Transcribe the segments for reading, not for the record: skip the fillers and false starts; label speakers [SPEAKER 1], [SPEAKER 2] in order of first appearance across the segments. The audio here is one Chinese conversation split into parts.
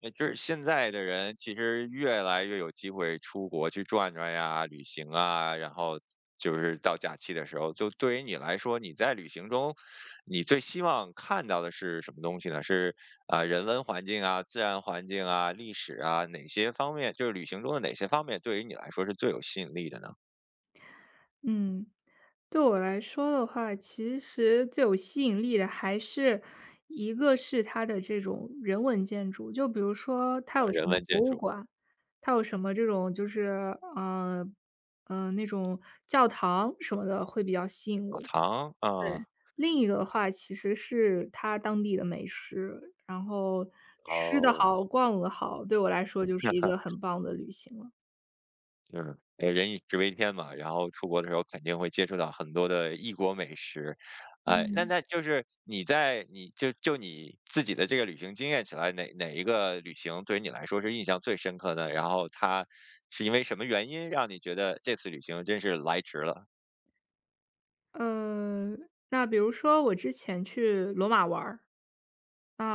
[SPEAKER 1] 也就是现在的人其实越来越有机会出国去转转呀、旅行啊，然后就是到假期的时候，就对于你来说，你在旅行中，你最希望看到的是什么东西呢？是啊、人文环境啊、自然环境啊、历史啊，哪些方面？就是旅行中的哪些方面对于你来说是最有吸引力的呢？
[SPEAKER 2] 嗯，对我来说的话，其实最有吸引力的还是一个是它的这种人文建筑，就比如说它
[SPEAKER 1] 啊，
[SPEAKER 2] 有什
[SPEAKER 1] 人
[SPEAKER 2] 么
[SPEAKER 1] 文
[SPEAKER 2] 博
[SPEAKER 1] 建
[SPEAKER 2] 物
[SPEAKER 1] 筑、
[SPEAKER 2] 馆，它有什么这种就是那种教堂什么的，会比较吸引
[SPEAKER 1] 老
[SPEAKER 2] 我。
[SPEAKER 1] 堂
[SPEAKER 2] 对，
[SPEAKER 1] 啊，
[SPEAKER 2] 另一个的话其实是它当地的美食，然后吃的
[SPEAKER 1] 哦，
[SPEAKER 2] 好、逛的好，对我来说就是一个很棒的旅行了。
[SPEAKER 1] 嗯，人以食为天嘛，然后出国的时候肯定会接触到很多的异国美食，哎，那
[SPEAKER 2] 嗯。
[SPEAKER 1] 那就是你在你你自己的这个旅行经验起来，哪一个旅行对于你来说是印象最深刻的？然后它是因为什么原因让你觉得这次旅行真是来值了？
[SPEAKER 2] 呃，那比如说我之前去罗马玩儿。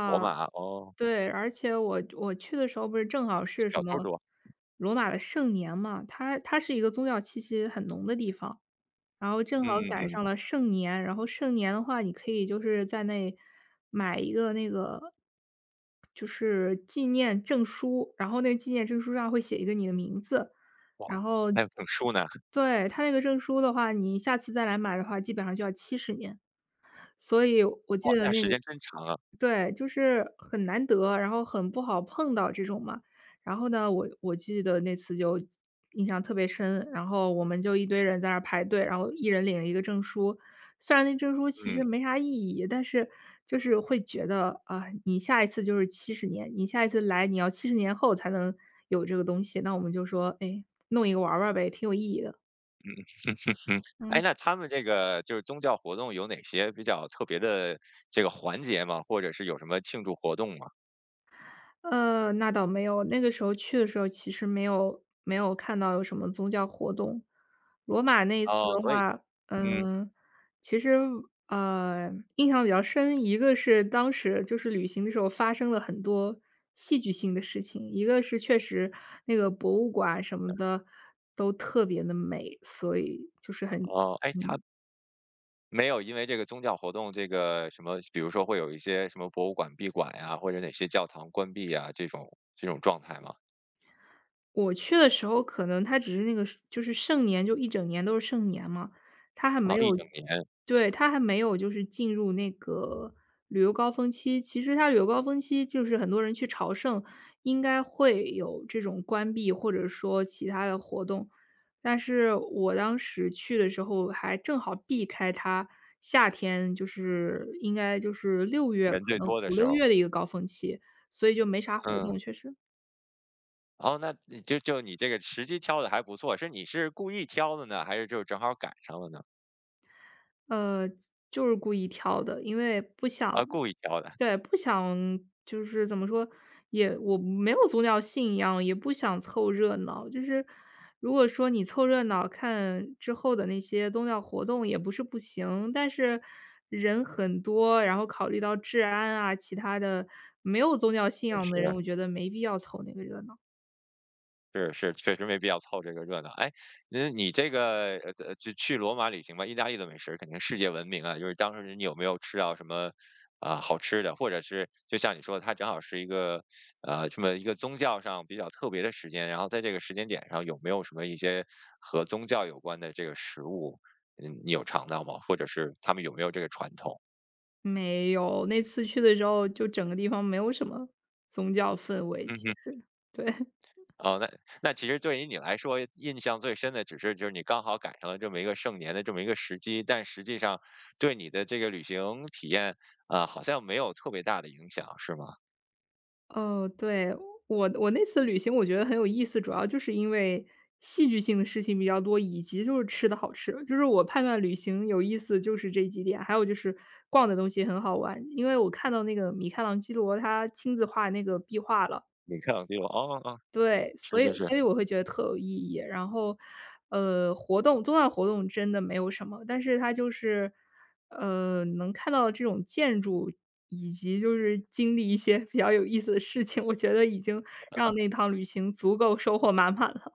[SPEAKER 1] 罗马哦，
[SPEAKER 2] 对，而且我去的时候不是正好是什
[SPEAKER 1] 小偷
[SPEAKER 2] 么
[SPEAKER 1] 多，
[SPEAKER 2] 罗马的圣年嘛，它是一个宗教气息很浓的地方，然后正好
[SPEAKER 1] 嗯
[SPEAKER 2] 赶
[SPEAKER 1] 嗯嗯，
[SPEAKER 2] 上了盛年。然后盛年的话，你可以就是在那买一个那个就是纪念证书，然后那个纪念证书上会写一个你的名字。
[SPEAKER 1] 哇，
[SPEAKER 2] 然后
[SPEAKER 1] 还有整书呢，
[SPEAKER 2] 对，他那个证书的话，你下次再来买的话，基本上就要七十年。所以我
[SPEAKER 1] 哇，
[SPEAKER 2] 记得
[SPEAKER 1] 那
[SPEAKER 2] 那
[SPEAKER 1] 时
[SPEAKER 2] 个。
[SPEAKER 1] 间真长啊，
[SPEAKER 2] 对，就是很难得，然后很不好碰到这种嘛。然后呢，我记得那次就印象特别深，然后我们就一堆人在那儿排队，然后一人领了一个证书。虽然那证书其
[SPEAKER 1] 嗯。
[SPEAKER 2] 实没啥意义，但是就是会觉得啊、你下一次就是七十年，你下一次来你要70年后才能有这个东西，那我们就说，哎，弄一个玩儿玩儿呗，挺有意义的。
[SPEAKER 1] 嗯哼哼，哎，
[SPEAKER 2] 嗯。
[SPEAKER 1] 那他们这个就是宗教活动有哪些比较特别的这个环节吗？或者是有什么庆祝活动吗？
[SPEAKER 2] 那倒没有，那个时候去的时候其实没有看到有什么宗教活动。罗马那一次
[SPEAKER 1] 哦，
[SPEAKER 2] 的
[SPEAKER 1] 所以，
[SPEAKER 2] 话，
[SPEAKER 1] 嗯，
[SPEAKER 2] 嗯，其实，印象比较深，一个是当时就是旅行的时候发生了很多戏剧性的事情，一个是确实那个博物馆什么的都特别的美，所以就是很
[SPEAKER 1] 哦，哎，他
[SPEAKER 2] 嗯。
[SPEAKER 1] 没有因为这个宗教活动，这个什么，比如说会有一些什么博物馆闭馆呀，或者哪些教堂关闭呀，这种状态吗？
[SPEAKER 2] 我去的时候可能他只是那个是就是盛年，就一整年都是盛年嘛，他还
[SPEAKER 1] 哦，
[SPEAKER 2] 没
[SPEAKER 1] 一
[SPEAKER 2] 有。
[SPEAKER 1] 整年
[SPEAKER 2] 对，他还没有就是进入那个旅游高峰期。其实他旅游高峰期就是很多人去朝圣，应该会有这种关闭或者说其他的活动。但是我当时去的时候还正好避开他夏天，就是应该就是六月，可
[SPEAKER 1] 人最
[SPEAKER 2] 能
[SPEAKER 1] 多的
[SPEAKER 2] 五
[SPEAKER 1] 时
[SPEAKER 2] 六
[SPEAKER 1] 候，
[SPEAKER 2] 月的一个高峰期，所以就没啥活
[SPEAKER 1] 嗯，
[SPEAKER 2] 动，确实。
[SPEAKER 1] 哦，那你就你这个时机挑的还不错，是你是故意挑的呢，还是就正好赶上了呢？
[SPEAKER 2] 呃，就是故意挑的，因为不想。
[SPEAKER 1] 啊，故意挑的，
[SPEAKER 2] 对，不想就是怎么说，也我没有宗教信仰，也不想凑热闹。就是如果说你凑热闹，看之后的那些宗教活动也不是不行，但是人很多，然后考虑到治安啊，其他的没有宗教信
[SPEAKER 1] 确
[SPEAKER 2] 仰的人，
[SPEAKER 1] 是。
[SPEAKER 2] 我觉得没必要凑那个热闹。
[SPEAKER 1] 是是，确实没必要凑这个热闹。哎，那你这个就去罗马旅行吧，意大利的美食肯定世界闻名啊。就是当时你有没有吃到什么啊、好吃的，或者是就像你说的，它正好是一个这么一个宗教上比较特别的时间，然后在这个时间点上有没有什么一些和宗教有关的这个食物，嗯，你有尝到吗？或者是他们有没有这个传统？
[SPEAKER 2] 没有，那次去的时候，就整个地方没有什么宗教氛围，
[SPEAKER 1] 嗯
[SPEAKER 2] 其
[SPEAKER 1] 哼。
[SPEAKER 2] 实。对。
[SPEAKER 1] 哦，那其实对于你来说，印象最深的只是就是你刚好赶上了这么一个盛年的这么一个时机，但实际上对你的这个旅行体验，啊、好像没有特别大的影响，是吗？
[SPEAKER 2] 哦，对，我那次旅行我觉得很有意思，主要就是因为戏剧性的事情比较多，以及就是吃的好吃。就是我判断旅行有意思就是这几点，还有就是逛的东西很好玩。因为我看到那个米开朗基罗他亲自画那个壁画了。
[SPEAKER 1] 你看，我就哦哦，
[SPEAKER 2] 对，
[SPEAKER 1] 是
[SPEAKER 2] 所
[SPEAKER 1] 是
[SPEAKER 2] 以
[SPEAKER 1] 是，
[SPEAKER 2] 所以我会觉得特有意义。然后，宗教活动真的没有什么。但是它就是，能看到这种建筑，以及就是经历一些比较有意思的事情，我觉得已经让那趟旅行足够收获满满了。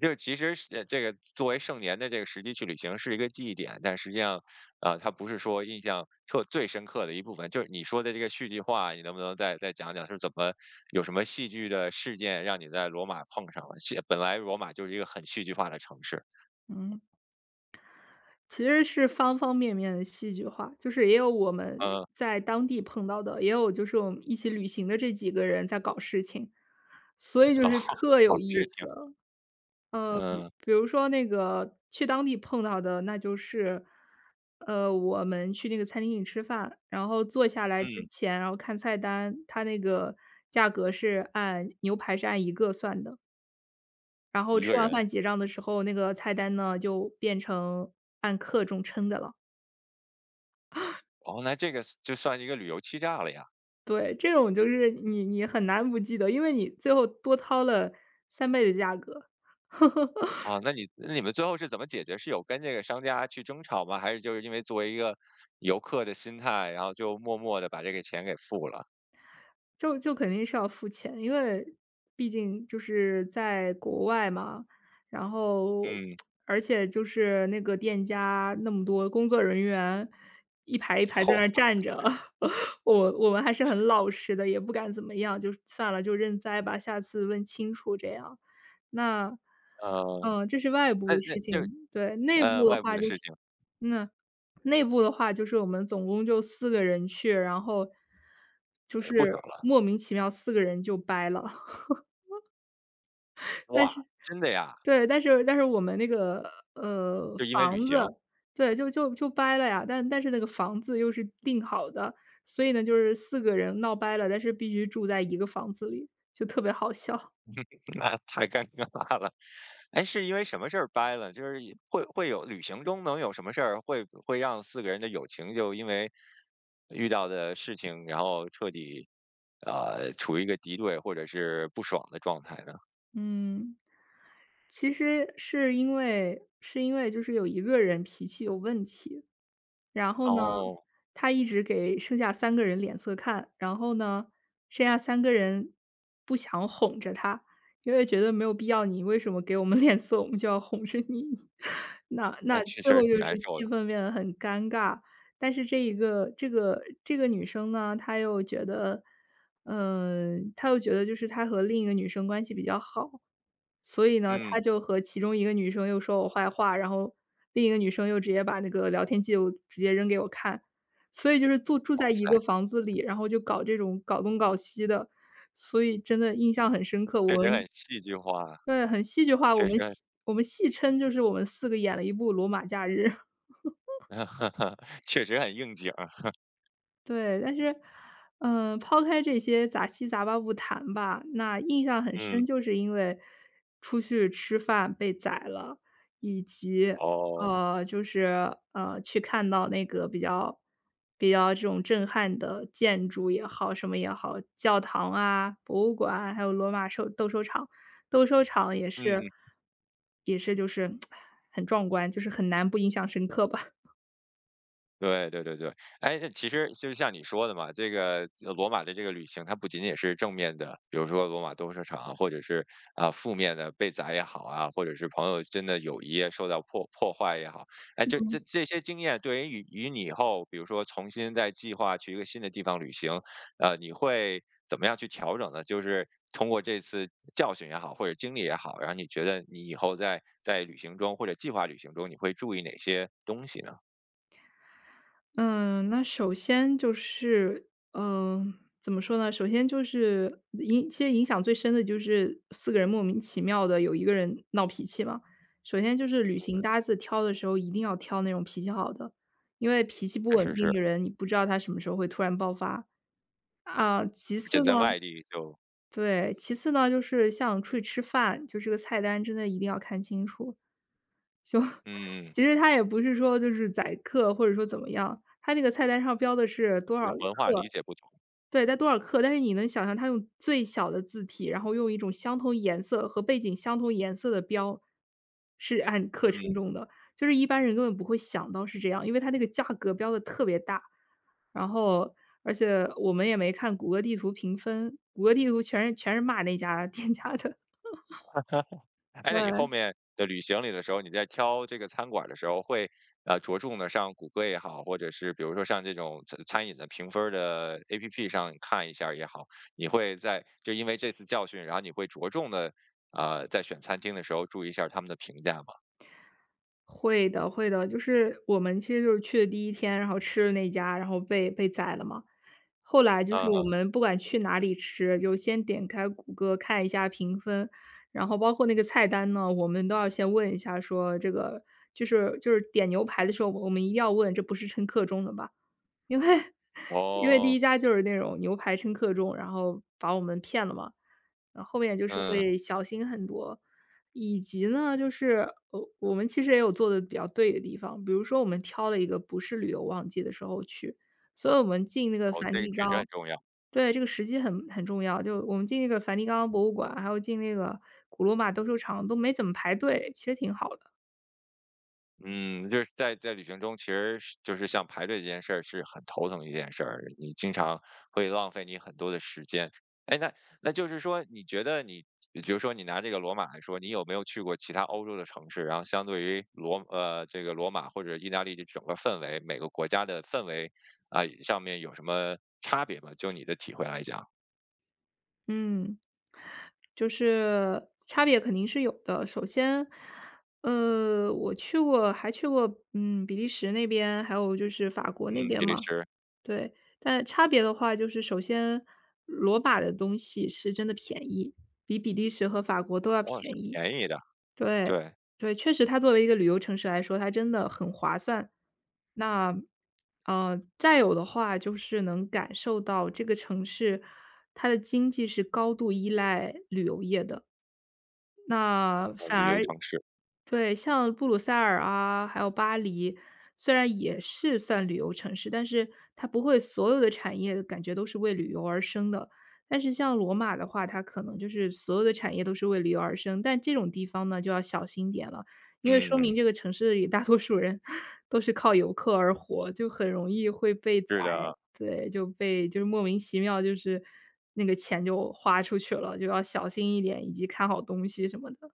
[SPEAKER 1] 就是其实是这个作为盛年的这个时机去旅行是一个记忆点，但实际上，啊，它不是说印象特最深刻的一部分。就是你说的这个戏剧化，你能不能再讲讲是怎么有什么戏剧的事件让你在罗马碰上了？本来罗马就是一个很戏剧化的城市，
[SPEAKER 2] 嗯，其实是方方面面的戏剧化，就是也有我们
[SPEAKER 1] 嗯，哦，
[SPEAKER 2] 在当地碰到的，也有就是我们一起旅行的这几个人在搞事情，所以就是 特
[SPEAKER 1] 好
[SPEAKER 2] 有意
[SPEAKER 1] 事情，
[SPEAKER 2] 思。比
[SPEAKER 1] 嗯
[SPEAKER 2] 比如说那个去当地碰到的，那就是，我们去那个餐厅里吃饭，然后坐下来之
[SPEAKER 1] 嗯，
[SPEAKER 2] 前，然后看菜单，它那个价格是按牛排是按一个算的，然后
[SPEAKER 1] 一
[SPEAKER 2] 吃
[SPEAKER 1] 个
[SPEAKER 2] 完
[SPEAKER 1] 人，
[SPEAKER 2] 饭结账的时候，那个菜单呢就变成按克重称的了。
[SPEAKER 1] 哦，那这个就算一个旅游欺诈了呀。
[SPEAKER 2] 对，这种就是你很难不记得，因为你最后多掏了3倍的价格。
[SPEAKER 1] 啊，那你们最后是怎么解决？是有跟这个商家去争吵吗？还是就是因为作为一个游客的心态，然后就默默的把这个钱给付了？
[SPEAKER 2] 就肯定是要付钱，因为毕竟就是在国外嘛。然后
[SPEAKER 1] 嗯，
[SPEAKER 2] 而且就是那个店家那么多工作人员，一排一排在
[SPEAKER 1] 嚯，
[SPEAKER 2] 那儿站着，我们还是很老实的，也不敢怎么样，就算了，就认栽吧，下次问清楚这样。那，
[SPEAKER 1] 呃，
[SPEAKER 2] 这是外部
[SPEAKER 1] 那
[SPEAKER 2] 的
[SPEAKER 1] 那
[SPEAKER 2] 事情。
[SPEAKER 1] 就
[SPEAKER 2] 对，内部的
[SPEAKER 1] 外部
[SPEAKER 2] 话
[SPEAKER 1] 的
[SPEAKER 2] 就
[SPEAKER 1] 事
[SPEAKER 2] 是，
[SPEAKER 1] 情
[SPEAKER 2] 那。内部的话，就是我们总共就四个人去，然后就
[SPEAKER 1] 也不
[SPEAKER 2] 是
[SPEAKER 1] 少了。
[SPEAKER 2] 莫名其妙四个人就掰了。但
[SPEAKER 1] 哇，
[SPEAKER 2] 是
[SPEAKER 1] 真的呀？
[SPEAKER 2] 对，但是我们那个，
[SPEAKER 1] 就因为
[SPEAKER 2] 房
[SPEAKER 1] 旅
[SPEAKER 2] 子。
[SPEAKER 1] 行。
[SPEAKER 2] 对，就掰了呀，但是那个房子又是定好的，所以呢，就是四个人闹掰了，但是必须住在一个房子里，就特别好笑。
[SPEAKER 1] 那太尴尬了。哎，是因为什么事儿掰了？就是也会有旅行中能有什么事儿会让四个人的友情就因为遇到的事情，然后彻底，处于一个敌对或者是不爽的状态呢？
[SPEAKER 2] 嗯，其实是因为就是有一个人脾气有问题。然后呢，
[SPEAKER 1] 哦，
[SPEAKER 2] 他一直给剩下三个人脸色看，然后呢，剩下三个人不想哄着他，因为觉得没有必要，你为什么给我们 脸色，我们就要哄着你。那
[SPEAKER 1] 那确
[SPEAKER 2] 最
[SPEAKER 1] 实
[SPEAKER 2] 后
[SPEAKER 1] 挺
[SPEAKER 2] 就
[SPEAKER 1] 难
[SPEAKER 2] 是
[SPEAKER 1] 受的。
[SPEAKER 2] 气氛变得很尴尬。但是这一个这个这个女生呢，她又觉得就是她和另一个女生关系比较好，所以呢，
[SPEAKER 1] 嗯，
[SPEAKER 2] 她就和其中一个女生又说我坏话，然后另一个女生又直接把那个聊天记录直接扔给我看，所以就是住
[SPEAKER 1] 哇
[SPEAKER 2] 在一
[SPEAKER 1] 塞，
[SPEAKER 2] 个房子里，然后就搞这种搞东搞西的，所以真的印象很深刻。我
[SPEAKER 1] 确实很
[SPEAKER 2] 们。
[SPEAKER 1] 戏剧化，
[SPEAKER 2] 对，很戏剧化，
[SPEAKER 1] 确实很
[SPEAKER 2] 我们戏称就是我们四个演了一部《罗马假日》。
[SPEAKER 1] 确实很应景儿。
[SPEAKER 2] 对，但是，抛开这些杂七杂八不谈吧，那印象很深，
[SPEAKER 1] 嗯，
[SPEAKER 2] 就是因为出去吃饭被宰了，以及，
[SPEAKER 1] 哦，
[SPEAKER 2] 就是，去看到那个比较这种震撼的建筑也好，什么也好，教堂啊、博物馆啊还有罗马斗兽场。斗兽场也是
[SPEAKER 1] 嗯。
[SPEAKER 2] 也是就是 很壮观，就是很难不印象深刻吧。
[SPEAKER 1] 对对对对，哎，那其实就像你说的嘛，这个罗马的这个旅行，它不仅仅是正面的，比如说罗马斗兽场啊，或者是啊、负面的被宰也好啊，或者是朋友真的友谊受到破坏也好，哎，这些经验对于与你以后，比如说重新再计划去一个新的地方旅行，你会怎么样去调整呢？就是通过这次教训也好，或者经历也好，然后你觉得你以后在旅行中或者计划旅行中，你会注意哪些东西呢？
[SPEAKER 2] 嗯，那首先就是，怎么说呢？首先就是其实影响最深的就是四个人莫名其妙的有一个人闹脾气嘛。首先就是旅行搭子挑的时候一定要挑那种脾气好的，因为脾气不
[SPEAKER 1] 还
[SPEAKER 2] 稳
[SPEAKER 1] 是
[SPEAKER 2] 定
[SPEAKER 1] 是
[SPEAKER 2] 的人，你不知道他什么时候会突然爆发。其
[SPEAKER 1] 而
[SPEAKER 2] 次
[SPEAKER 1] 且
[SPEAKER 2] 呢。
[SPEAKER 1] 在外地就
[SPEAKER 2] 对，其次呢，就是像出去吃饭，就这个菜单真的一定要看清楚。就
[SPEAKER 1] 嗯，
[SPEAKER 2] 其实它也不是说就是宰客或者说怎么样，它那个菜单上标的是多
[SPEAKER 1] 就是
[SPEAKER 2] 少
[SPEAKER 1] 文化理
[SPEAKER 2] 克。
[SPEAKER 1] 解不同，
[SPEAKER 2] 对，在多少克，但是你能想象他用最小的字体，然后用一种相同颜色和背景相同颜色的标，是按克称
[SPEAKER 1] 嗯。
[SPEAKER 2] 重的。就是一般人根本不会想到是这样，因为它那个价格标的特别大。然后而且我们也没看谷歌地图评分，谷歌地图全是骂那家店家的。
[SPEAKER 1] 哎，那你后
[SPEAKER 2] 对。
[SPEAKER 1] 面的旅行里的时候，你在挑这个餐馆的时候会，着重的上谷歌也好，或者是比如说上这种餐饮的评分儿的 APP 上看一下儿也好，你会在就因为这次教训，然后你会着重的在选餐厅的时候注意一下儿他们的评价吗？
[SPEAKER 2] 会的，会的，就是我们其实就是去的第1天，然后吃的那家，然后被宰了嘛。后来就
[SPEAKER 1] 嗯
[SPEAKER 2] 是我
[SPEAKER 1] 嗯，
[SPEAKER 2] 们不管去哪里吃，就先点开谷歌看一下评分，然后包括那个菜单呢，我们都要先问一下说这个就是点牛排的时候，我们一定要问这不是称克重的吧？因为 因为第
[SPEAKER 1] 哦，
[SPEAKER 2] 一家就是那种牛排称克重，然后把我们骗了嘛。然后后面就是
[SPEAKER 1] 嗯，
[SPEAKER 2] 会小心很多。以及呢，就是我们其实也有做的比较对的地方，比如说我们挑了一个不是旅游旺季的时候去，所以我们进那个
[SPEAKER 1] 哦，
[SPEAKER 2] 梵
[SPEAKER 1] 这个
[SPEAKER 2] 蒂
[SPEAKER 1] 确实很
[SPEAKER 2] 冈
[SPEAKER 1] 重要。
[SPEAKER 2] 对，这个时机很重要，就我们进那个梵蒂冈博物馆，还有进那个古罗马斗兽场都没怎么排队，其实挺好的。
[SPEAKER 1] 嗯，就是在旅行中，其实是就是像排队这件事儿是很头疼一件事儿，你经常会浪费你很多的时间。哎，那就是说，你觉得你，比如说你拿这个罗马来说，你有没有去过其他欧洲的城市？然后相对于这个罗马或者意大利这整个氛围，每个国家的氛围啊、上面有什么差别吗？就你的体会来讲，
[SPEAKER 2] 嗯，就是差别肯定是有的。首先，我去过嗯，比利时那边，还有就是法国那
[SPEAKER 1] 嗯，
[SPEAKER 2] 边
[SPEAKER 1] 比利
[SPEAKER 2] 嘛。
[SPEAKER 1] 时
[SPEAKER 2] 对，但差别的话，就是首先罗马的东西是真的便宜，比利时和法国都要
[SPEAKER 1] 哦是
[SPEAKER 2] 便宜。
[SPEAKER 1] 便宜的，
[SPEAKER 2] 对，
[SPEAKER 1] 对，
[SPEAKER 2] 对，确实它作为一个旅游城市来说，它真的很划算。那，再有的话就是能感受到这个城市它的经济是高度依赖旅游业的，那
[SPEAKER 1] 哦
[SPEAKER 2] 反
[SPEAKER 1] 旅游
[SPEAKER 2] 而
[SPEAKER 1] 城市，
[SPEAKER 2] 对，像布鲁塞尔啊，还有巴黎，虽然也是算旅游城市，但是它不会所有的产业感觉都是为旅游而生的。但是像罗马的话，它可能就是所有的产业都是为旅游而生，但这种地方呢，就要小心点了，因为说明
[SPEAKER 1] 嗯，
[SPEAKER 2] 这个城市里大多数人都是靠游客而活，就很容易会被宰，
[SPEAKER 1] 是的。
[SPEAKER 2] 对，就被就是莫名其妙就是那个钱就花出去了，就要小心一点，以及看好东西什么的，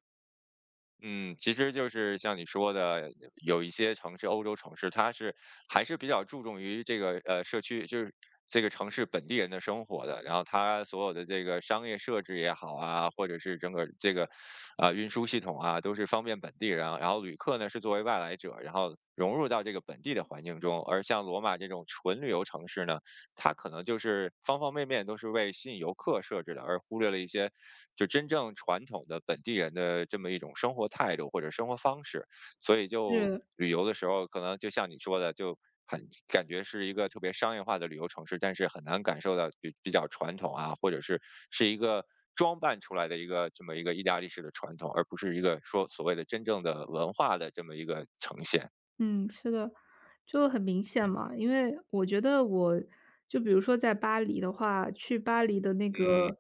[SPEAKER 1] 嗯，其实就是像你说的，有一些城市，欧洲城市，它是还是比较注重于这个社区，就是这个城市本地人的生活的。然后它所有的这个商业设置也好啊，或者是整个这个运输系统啊，都是方便本地人啊。然后旅客呢是作为外来者，然后融入到这个本地的环境中。而像罗马这种纯旅游城市呢，它可能就是方方面面都是为吸引游客设置的，而忽略了一些就真正传统的本地人的这么一种生活态度或者生活方式。所以就
[SPEAKER 2] 是。
[SPEAKER 1] 旅游的时候，可能就像你说的，就很感觉是一个特别商业化的旅游城市，但是很难感受到比较传统啊，或者是一个装扮出来的一个这么一个意大利式的传统，而不是一个说所谓的真正的文化的这么一个呈现。
[SPEAKER 2] 嗯，是的，就很明显嘛。因为我觉得我就比如说在巴黎的话，去巴黎的那
[SPEAKER 1] 嗯，
[SPEAKER 2] 个，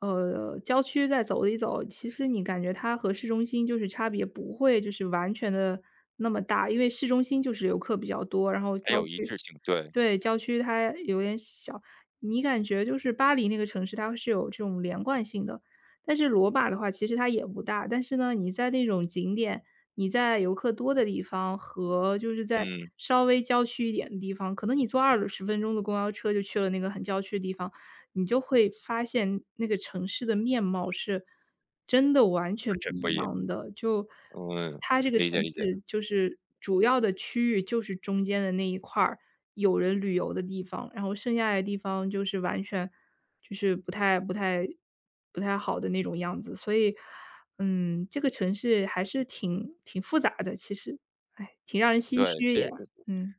[SPEAKER 2] 郊区再走一走，其实你感觉它和市中心就是差别不会就是完全的那么大。因为市中心就是游客比较多，然后
[SPEAKER 1] 没
[SPEAKER 2] 郊
[SPEAKER 1] 有一
[SPEAKER 2] 区
[SPEAKER 1] 致性，对，
[SPEAKER 2] 对，郊区它有点小，你感觉就是巴黎那个城市，它是有这种连贯性的。但是罗马的话，其实它也不大，但是呢，你在那种景点，你在游客多的地方和就是在
[SPEAKER 1] 嗯，
[SPEAKER 2] 稍微郊区一点的地方，可能你坐20分钟的公交车就去了那个很郊区的地方，你就会发现那个城市的面貌是真的完
[SPEAKER 1] 完
[SPEAKER 2] 全不
[SPEAKER 1] 全不
[SPEAKER 2] 一
[SPEAKER 1] 一样。
[SPEAKER 2] 样的。就
[SPEAKER 1] 嗯，
[SPEAKER 2] 它这个
[SPEAKER 1] 理解
[SPEAKER 2] 城
[SPEAKER 1] 理解。
[SPEAKER 2] 市就是主要的区域就是中间的那一块儿有人旅游的地方，然后剩下的地方就是完全就是不太不太好的那种样子。所以，嗯，这个城市还是挺复杂的，其实，哎，挺让人唏
[SPEAKER 1] 对，
[SPEAKER 2] 嘘
[SPEAKER 1] 其
[SPEAKER 2] 也，
[SPEAKER 1] 实
[SPEAKER 2] 嗯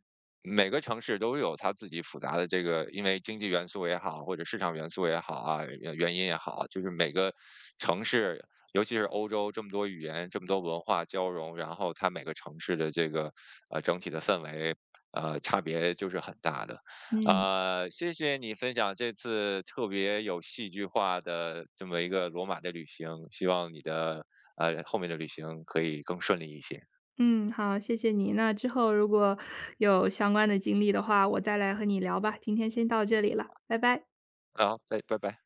[SPEAKER 1] 每个城市都有它自己复杂的这个，因为经济元素也好，或者市场元素也好啊，原因也好，就是每个城市，尤其是欧洲这么多语言、这么多文化交融，然后它每个城市的这个整体的氛围，差别就是很大的。
[SPEAKER 2] 嗯。
[SPEAKER 1] 谢谢你分享这次特别有戏剧化的这么一个罗马的旅行，希望你的后面的旅行可以更顺利一些。
[SPEAKER 2] 嗯，好，谢谢你。那之后如果有相关的经历的话，我再来和你聊吧。今天先到这里了，拜拜。
[SPEAKER 1] 好，再拜拜。